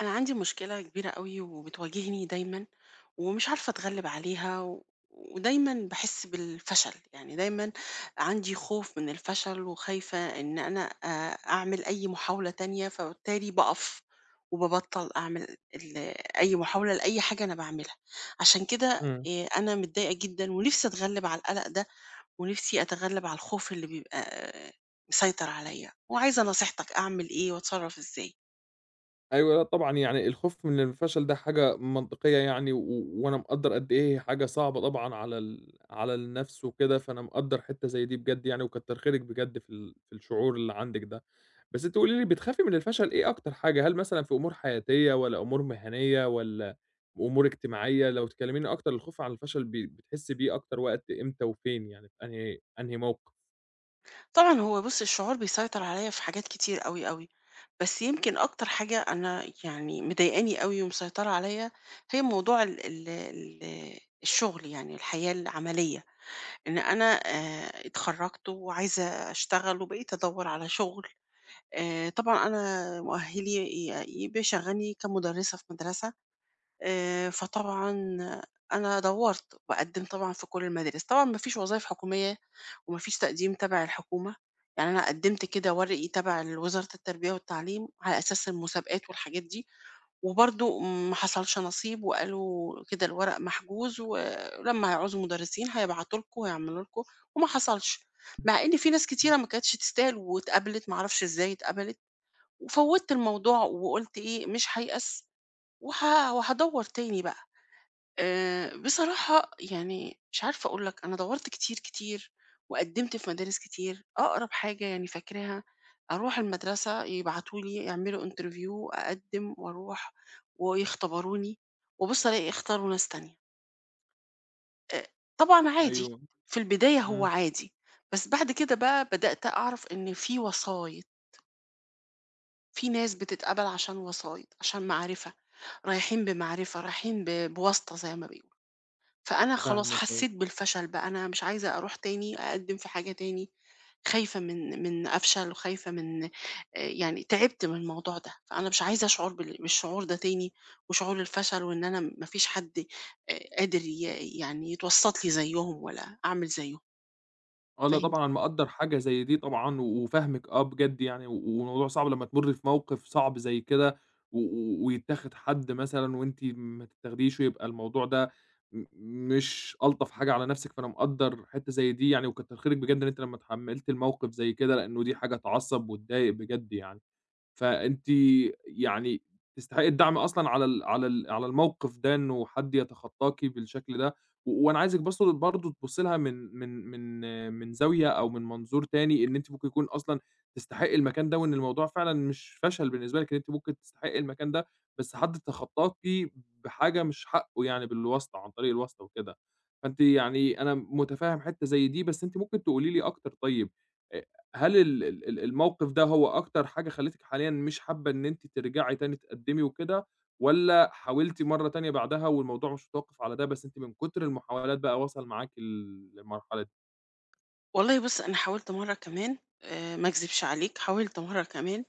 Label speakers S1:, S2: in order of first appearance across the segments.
S1: أنا عندي مشكلة كبيرة أوي وبتواجهني دايمًا، ومش عارفة أتغلب عليها، و ودايمًا باحس بالفشل، يعني دايمًا عندي خوف من الفشل وخايفة إن أنا أعمل أي محاولة تانية، فبالتالي باقف وبابطّل أعمل أي محاولة لأي حاجة أنا باعملها، عشان كده
S2: إمم.
S1: أنا متضايقة جدًا ونفسي أتغلب على القلق ده، ونفسي أتغلب على الخوف اللي بيبقى مسيطر عليّا، وعايزة نصيحتك أعمل إيه وأتصرف إزاي؟
S2: أيوه، لأ طبعًا يعني الخوف من الفشل ده حاجة منطقية يعني، و وأنا مقدّر قد إيه هي حاجة صعبة طبعًا على النَفْس وكده، فأنا مقدّر حتّة زي دي بجد يعني، وكتّر خيرِك بجد في الشعور اللي عندِك ده. بس أنتِ قولي لي بتخافي من الفشل إيه أكتر حاجة؟ هل مثلًا في أمور حياتية والّا أمور مهنية والّا أمور اجتماعية؟ لو تكلّميني أكتر الخوف على الفشل بتحسّي بيه أكتر وقت إمتى وفين يعني في أنهي موقِف؟
S1: طبعًا هو بُص، الشعور بيسيطر عليّا في حاجات كتير أوي، أوي، بس يمكن أكتر حاجة أنا يعني مضايقاني أوي ومسيطرة عليّا هي موضوع ال ال ال الشغل يعني الحياة العملية، إن أنا اتخرّجت وعايزة أشتغل وبقيت أدوّر على شغل، طبعًا أنا مؤهّلي ي ي بيشغّلني كمُدرّسة في مدرسة فطبعًا أنا دوّرت وقدّمت طبعًا في كل المدارس، طبعًا ما فيش وظايف حكومية وما فيش تقديم تبع الحكومة، يعني أنا قدّمت كده ورقي تبع وزارة التربية والتعليم على أساس المسابقات والحاجات دي، وبرضه ما حصلش نصيب وقالوا كده الورق محجوز ولمّا هيعوزوا مدرسين هيبعتوا لكم وهيعملوا لكم، وما حصلش، مع إن في ناس كتيرة ما كانتش تستاهل واتقبلت، ما أعرفش إزاي اتقبلت، وفوّتت الموضوع وقُلت إيه مش هيأس وهادوّر تاني بقى. بصراحة يعني مش عارفة أقول لك، أنا دوّرت كتير، كتير وقدِّمت في مدارس كتير، أقرب حاجة يعني فاكراها أروح المدرسة يبعتوا لي يعملوا interview أقدِّم وأروح ويختبروني، وأبُص ألاقي اختاروا ناس تانية. آآ طبعًا عادي،
S2: أيوه،
S1: في البداية هو
S2: إمم،
S1: عادي، بس بعد كده بقى بدأت أعرف إن في وسايط، في ناس بتتقبل عشان وسايط، عشان معرفة، رايحين بمعرفة، رايحين بواسطة زي ما بيقولوا. فأنا خلاص
S2: فاهمِك أيوه.
S1: حسيت بالفشل بقى، أنا مش عايزة أروح تاني أقدّم في حاجة تاني، خايفة من أفشل وخايفة من يعني تعبت من الموضوع ده، فأنا مش عايزة أشعر بالشعور ده تاني، وشعور الفشل وإن أنا ما فيش حد قادر يعني يتوسّط لي زيّهم ولا أعمل زيّهم،
S2: آه، لأ
S1: فاهمني؟
S2: طبعًا انا مقدّر حاجة زي دي طبعًا، و وفاهمِك آه بجد يعني، و والموضوع صعب لمّا تمُرّي في موقف صعب زي كده، و و ويتاخد حد مثلًا وأنتِ ما تتاخديش، ويبقى الموضوع ده م مش ألطف حاجة على نفسِك، فأنا مقدّر حتّة زي دي يعني، وكتّر خيرِك بجد إن أنتِ لمّا اتحمّلتِ الموقف زي كده، لإنه دي حاجة تعصّب وتضايق بجد يعني. فأنتِ يعني تستحقي الدعم أصلًا على الموقف ده، إنه حد يتخطاكِ بالشكل ده، و وأنا عايزِك بس برضه تبُصّي لها من من زاوية أو من منظور تاني، إن أنتِ ممكن يكون أصلًا تستحقي المكان ده، وإن الموضوع فعلًا مش فشل بالنسبة لِك، إن أنتِ ممكن تستحقي المكان ده، بس حد تخطاكِ بحاجة مش حقه يعني بالواسطة، عن طريق الواسطة وكده. فأنتِ يعني أنا متفهم حتة زي دي، بس أنتِ ممكن تقولي لي أكتر طيب، آآ هل ال ال ال الموقف ده هو أكتر حاجة خلّتِك حاليًا مش حابة إن أنتِ ترجعي تاني تقدّمي وكده، والّا حاولتِ مرّة تانية بعدها والموضوع مش متوقف على ده، بس أنتِ من كتر المحاولات بقى وصل معاكِ للمرحلة دي؟
S1: والله بُص أنا حاولت مرّة كمان ما أكذبش عليك، حاولت مرّة كمان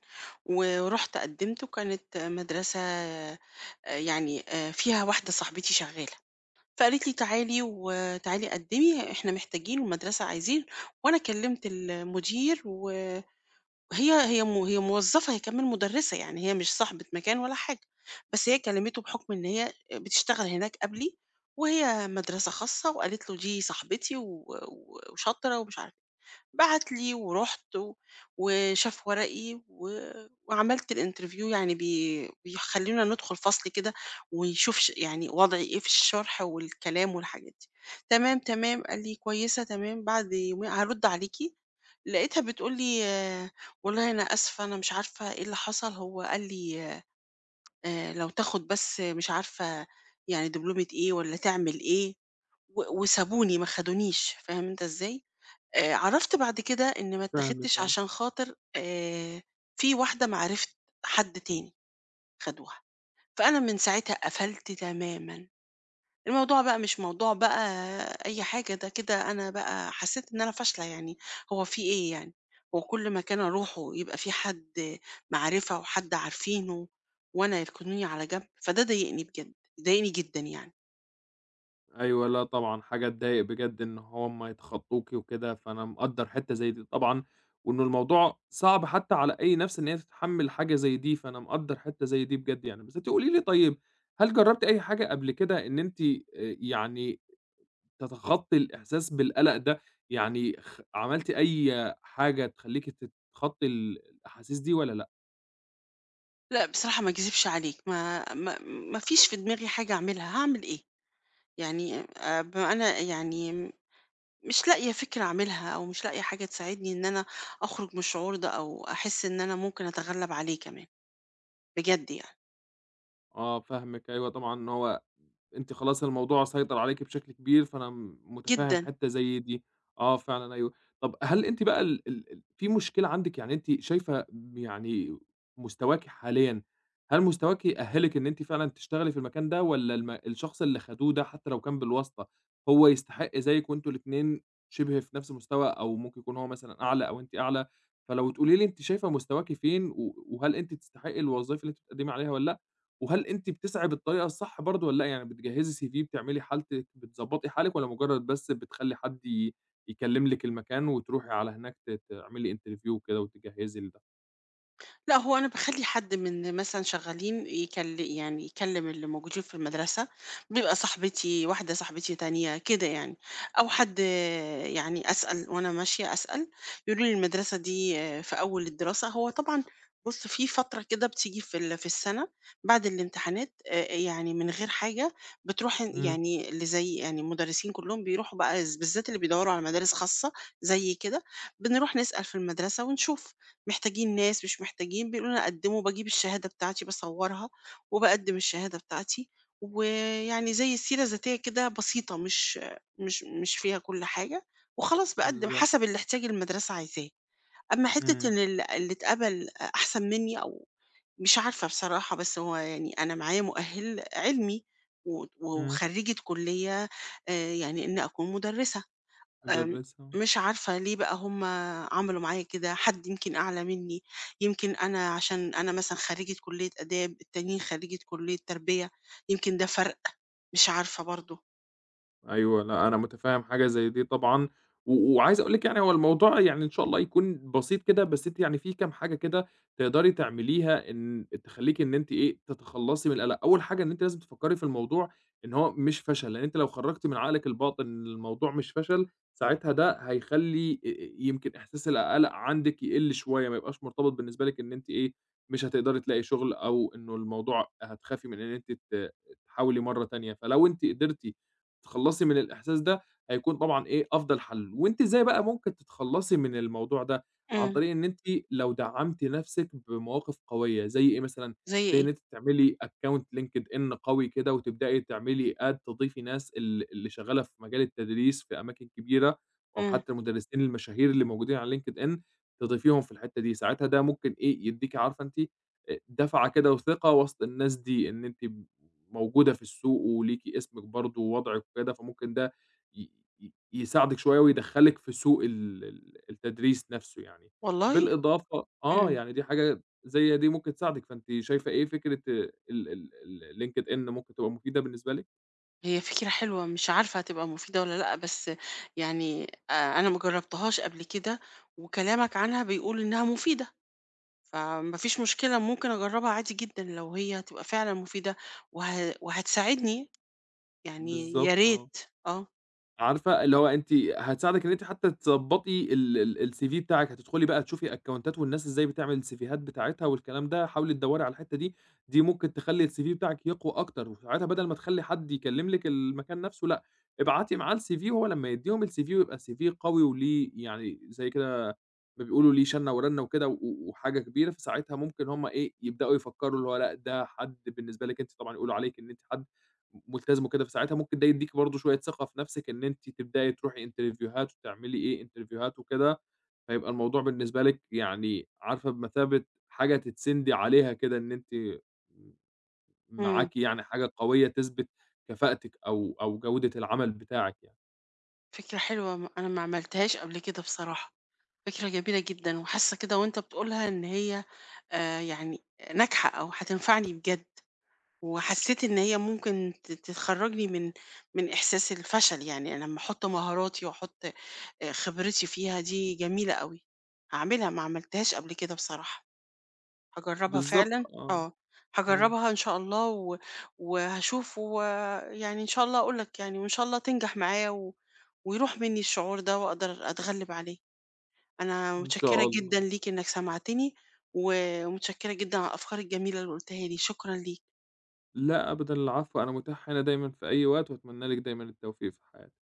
S1: ورُحت قدّمت وكانت مدرسة يعني فيها واحدة صاحبتي شغّالة. فقالت لي: "تعالي وتعالي قدّمي، إحنا محتاجين والمدرسة عايزين." وأنا كلّمت المدير و وهي هي م هي موظّفة، هي كمان مُدرِّسة، يعني هي مش صاحبة مكان ولا حاجة، بس هي كلّمته بحُكم إن هي بتشتغل هناك قبلي، وهي مدرسة خاصة وقالت له: "دي صاحبتي و و وشاطرة." ومش عارفة بعت لي ورُحت وشاف ورقي وعملت الinterview يعني بيخلّونا ندخل فصل كده ويشوف يعني وضعي إيه في الشرح والكلام والحاجات دي. تمام، تمام، قال لي: "كويسة، تمام، بعد يومين هارُد عليكِ." لقيتها بتقول لي: آه، "والله أنا آسفة، أنا مش عارفة إيه اللي حصل، هو قال لي لو تاخد بس مش عارفة يعني دبلومة إيه والّا تعمل إيه." وسابوني ما خدونيش، فاهم أنت إزاي؟ عرفت بعد كده إن ما
S2: فاهمِك
S1: اتّاخدتش
S2: آه.
S1: عشان خاطر في واحدة معرفة حد تاني خدوها، فأنا من ساعتها قفلت تمامًا، الموضوع بقى مش موضوع بقى أي حاجة، ده كده أنا بقى حسيت إن أنا فاشلة يعني، هو في إيه يعني؟ هو كل مكان أروحه يبقى في حد معرفة وحد عارفينه وأنا يركنوني على جنب، فده ضايقني بجد، ضايقني جدًا يعني.
S2: أيوه، لأ طبعًا حاجة تضايق بجد إن هُم يتخطّوكِ وكده، فأنا مقدّر حتّة زي دي طبعًا، وإنه الموضوع صعب حتّى على أي نَفْس إن هي تتحمّل حاجة زي دي، فأنا مقدّر حتّة زي دي بجد يعني. بس أنتِ قولي لي طيب، هل جرّبتِ أي حاجة قبل كده إن أنتِ يعني تتخطّي الإحساس بالقلق ده، يعني عملتِ أي حاجة تخلّيكِ تتخطّي الأحاسيس دي والّا لأ؟
S1: لأ بصراحة ما اكذبش عليك، ما فيش في دماغي حاجة أعملها، هاعمل إيه؟ يعني بما أنا يعني مش لاقية فكرة أعملها أو مش لاقية حاجة تساعدني إن أنا أخرج من الشعور ده أو أحس إن أنا ممكن أتغلب عليه كمان، بجد يعني،
S2: آه فاهمِك، أيوه طبعًا إن هو أنتِ خلاص الموضوع سيطر عليكِ بشكل كبير، فأنا متفهم
S1: جدًا.
S2: حتّة زي دي. آه فعلًا أيوه. طَب هل أنتِ بقى ال ال ال في مشكلة عندِك، يعني أنتِ شايفة يعني مستواكِ حاليًا، هل مستواكِ يأهّلِك إن أنتِ فعلًا تشتغلي في المكان ده والّا الشخص اللي خدوه ده حتّى لو كان بالواسطة، هو يستحق زيِّك وأنتم الاتنين شِبه في نفس المستوى أو ممكن يكون هو مثلًا أعلى أو أنتِ أعلى، فلو تقولي لي أنتِ شايفة مستواكِ فين و وهل أنتِ تستحقي الوظايف اللي أنتِ بتقدّمي عليها والّا لأ؟ وهل أنتِ بتسعي بالطريقة الصح برضه والّا لأ، يعني بتجهّزي CV بتعملي حالتِك، بتضبّطي حالِك والّا مجرّد بس بتخلّي حد يكلّم لِك المكان وتروحي على هناك تعملي interview وكده وتجهّزي لده؟
S1: لأ، هو أنا باخلّي حد من مثلًا شغّالين يعني يكلّم اللي موجودين في المدرسة، بيبقى صاحبتي واحدة صاحبتي تانية كده يعني، أو حد يعني أسأل وأنا ماشية أسأل، يقولوا لي المدرسة دي في أول الدراسة هو طبعًا بُص في فترة كده بتيجي في في السَنة بعد الامتحانات يعني من غير حاجة بتروح
S2: إمم،
S1: يعني اللي زي يعني المدرسين كلّهم بيروحوا بقى بالذات اللي بيدوّروا على مدارس خاصة زيي كده، بنروح نسأل في المدرسة ونشوف. محتاجين ناس مش محتاجين بيقولوا لنا قدموا باجيب الشهادة بتاعتي باصورها وباقدم الشهادة بتاعتي، ويعني زي سيرة ذاتية كده بسيطة مش فيها كل حاجة، وخلاص باقدم
S2: بالضبط،
S1: حسب اللي احتاج المدرسة عايزاه. أما حتة
S2: إمم،
S1: إن اللي اتقبل أحسن مني أو مش عارفة بصراحة، بس هو يعني أنا معايا مؤهل علمي
S2: إمم،
S1: وخريجة كلية يعني إن أكون مدرسة. آمم،
S2: مُدرّسة.
S1: مش عارفة ليه بقى هُم عملوا معايا كده، حد يمكن أعلى منّي، يمكن أنا عشان أنا مثلًا خريجة كلية آداب، التانيين خريجة كلية تربية، يمكن ده فرق، مش عارفة برضه.
S2: أيوه، لأ، أنا متفهّم حاجة زي دي طبعًا، و وعايز أقول لِك يعني هو الموضوع يعني إن شاء الله يكون بسيط كده، بس أنتِ يعني في كام حاجة كده تقدري تعمليها إن تخلّيكِ إن أنتِ إيه، تتخلّصي من القلق. أول حاجة إن أنتِ لازم تفكّري في الموضوع إن هو مش فشل، لإن أنتِ لو خرّجتِ من عقلِك الباطن إن الموضوع مش فشل، ساعتها ده هيخلّي يمكن إحساس القلق عندِك يقِل شوية، ما يبقاش مرتبط بالنسبة لِك إن أنتِ إيه، مش هتقدري تلاقي شغل أو إنه الموضوع هتخافي من إن أنتِ تحاولي مرّة تانية. فلو أنتِ قدرتِ تتخلّصي من الإحساس ده، هيكون طبعًا إيه، أفضل حل. وأنتِ إزاي بقى ممكن تتخلّصي من الموضوع ده؟ عن
S1: إمم،
S2: طريق إن أنتِ لو دعّمتِ نَفْسِك بمواقف قوية، زي إيه مثلًا؟
S1: زي
S2: زي إن
S1: إيه؟
S2: أنتِ تعملي account LinkedIn قوي كده وتبدئي تعملي add تضيفي ناس اللي شغّالة في مجال التدريس في أماكن كبيرة أو
S1: إمم،
S2: حتى المدرسين المشاهير اللي موجودين على LinkedIn تضيفيهم في الحتّة دي، ساعتها ده ممكن إيه، يدّيكِ عارفة أنتِ دَفعة كده وثقة وسط الناس دي، إن أنتِ موجودة في السوق وليكِ اسمِك برضه ووضعِك وكده، فممكن ده ي ي يساعدِك شوية ويدخّلِك في سوق ال ال التدريس نَفْسه يعني.
S1: والله!
S2: بالإضافة آه،
S1: إمم،
S2: يعني دي حاجة زي دي ممكن تساعدِك، فأنتِ شايفة إيه فكرة ال ال ال LinkedIn ممكن تبقى مفيدة بالنسبة لِك؟
S1: هي فكرة حلوة، مش عارفة هتبقى مفيدة والّا لأ، بس يعني أنا ما جرّبتهاش قبل كده، وكلامك عنها بيقول إنها مفيدة، فما فيش مشكلة ممكن أجرّبها عادي جدًا لو هي هتبقى فعلًا مفيدة وه وهتساعدني يعني يا
S2: بالضبط، آه.
S1: ريت، آه،
S2: عارفة اللي هو أنتِ هتساعدِك إن أنتِ حتى تضبّطي ال ال الCV بتاعِك، هتدخلي بقى تشوفي أكونتات والناس إزاي بتعمل السيفيهات بتاعتها والكلام ده، حاولي تدوّري على الحتّة دي، دي ممكن تخلّي الCV بتاعِك يقوى أكتر، وساعتها بدل ما تخلّي حد يكلّم لِك المكان نفسه لأ، ابعتي معاه الCV وهو لمّا يدّيهم الCV يبقى CV قوي وليه يعني زي كده بيقولوا ليه شنّة ورنة وكده و وحاجة كبيرة، فساعتها ممكن هم إيه، يبدأوا يفكّروا اللي هو لأ، ده حد بالنسبة لِك أنتِ طبعًا يقولوا عليكِ إن أنتِ حد ملتزم وكده، فساعتها ممكن ده يدّيكِ برضه شوية ثقة في نَفْسِك إن أنتِ تبدئي تروحي إنترفيوهات وتعملي إيه، إنترفيوهات وكده، فيبقى الموضوع بالنسبة لِك يعني عارفة بمثابة حاجة تتسندي عليها كده إن أنتِ م
S1: إمم،
S2: معاكِ يعني حاجة قوية تثبت كفاءتِك أو جودة العمل بتاعِك يعني.
S1: فكرة حلوة أنا ما عملتهاش قبل كده بصراحة، فكرة جميلة جدًا، وحاسة كده وأنت بتقولها إن هي يعني ناجحة أو هتنفعني بجد، وحسيت إن هي ممكن تخرّجني من إحساس الفشل، يعني أنا لمّا أحُط مهاراتي وأحُط خبرتي فيها دي جميلة أوي، هاعملها ما عملتهاش قبل كده بصراحة. هاجرّبها
S2: بالضبط
S1: فعلًا،
S2: آه،
S1: آه،
S2: آه،
S1: هاجرّبها إن شاء الله وهاشوف ويعني إن شاء الله أقول لك يعني وإن شاء الله تنجح معايا ويروح منّي الشعور ده وأقدر أتغلّب عليه. أنا
S2: إن
S1: متشكّرة
S2: شاء
S1: جدًا
S2: الله.
S1: ليك إنّك سمعتني، ومتشكّرة جدًا على الأفكار الجميلة اللي قُلتها لي، شكرًا ليك.
S2: لأ أبدًا، العفو، أنا متاح هنا دايمًا في أي وقت، وأتمنى لِك دايمًا التوفيق في حياتِك.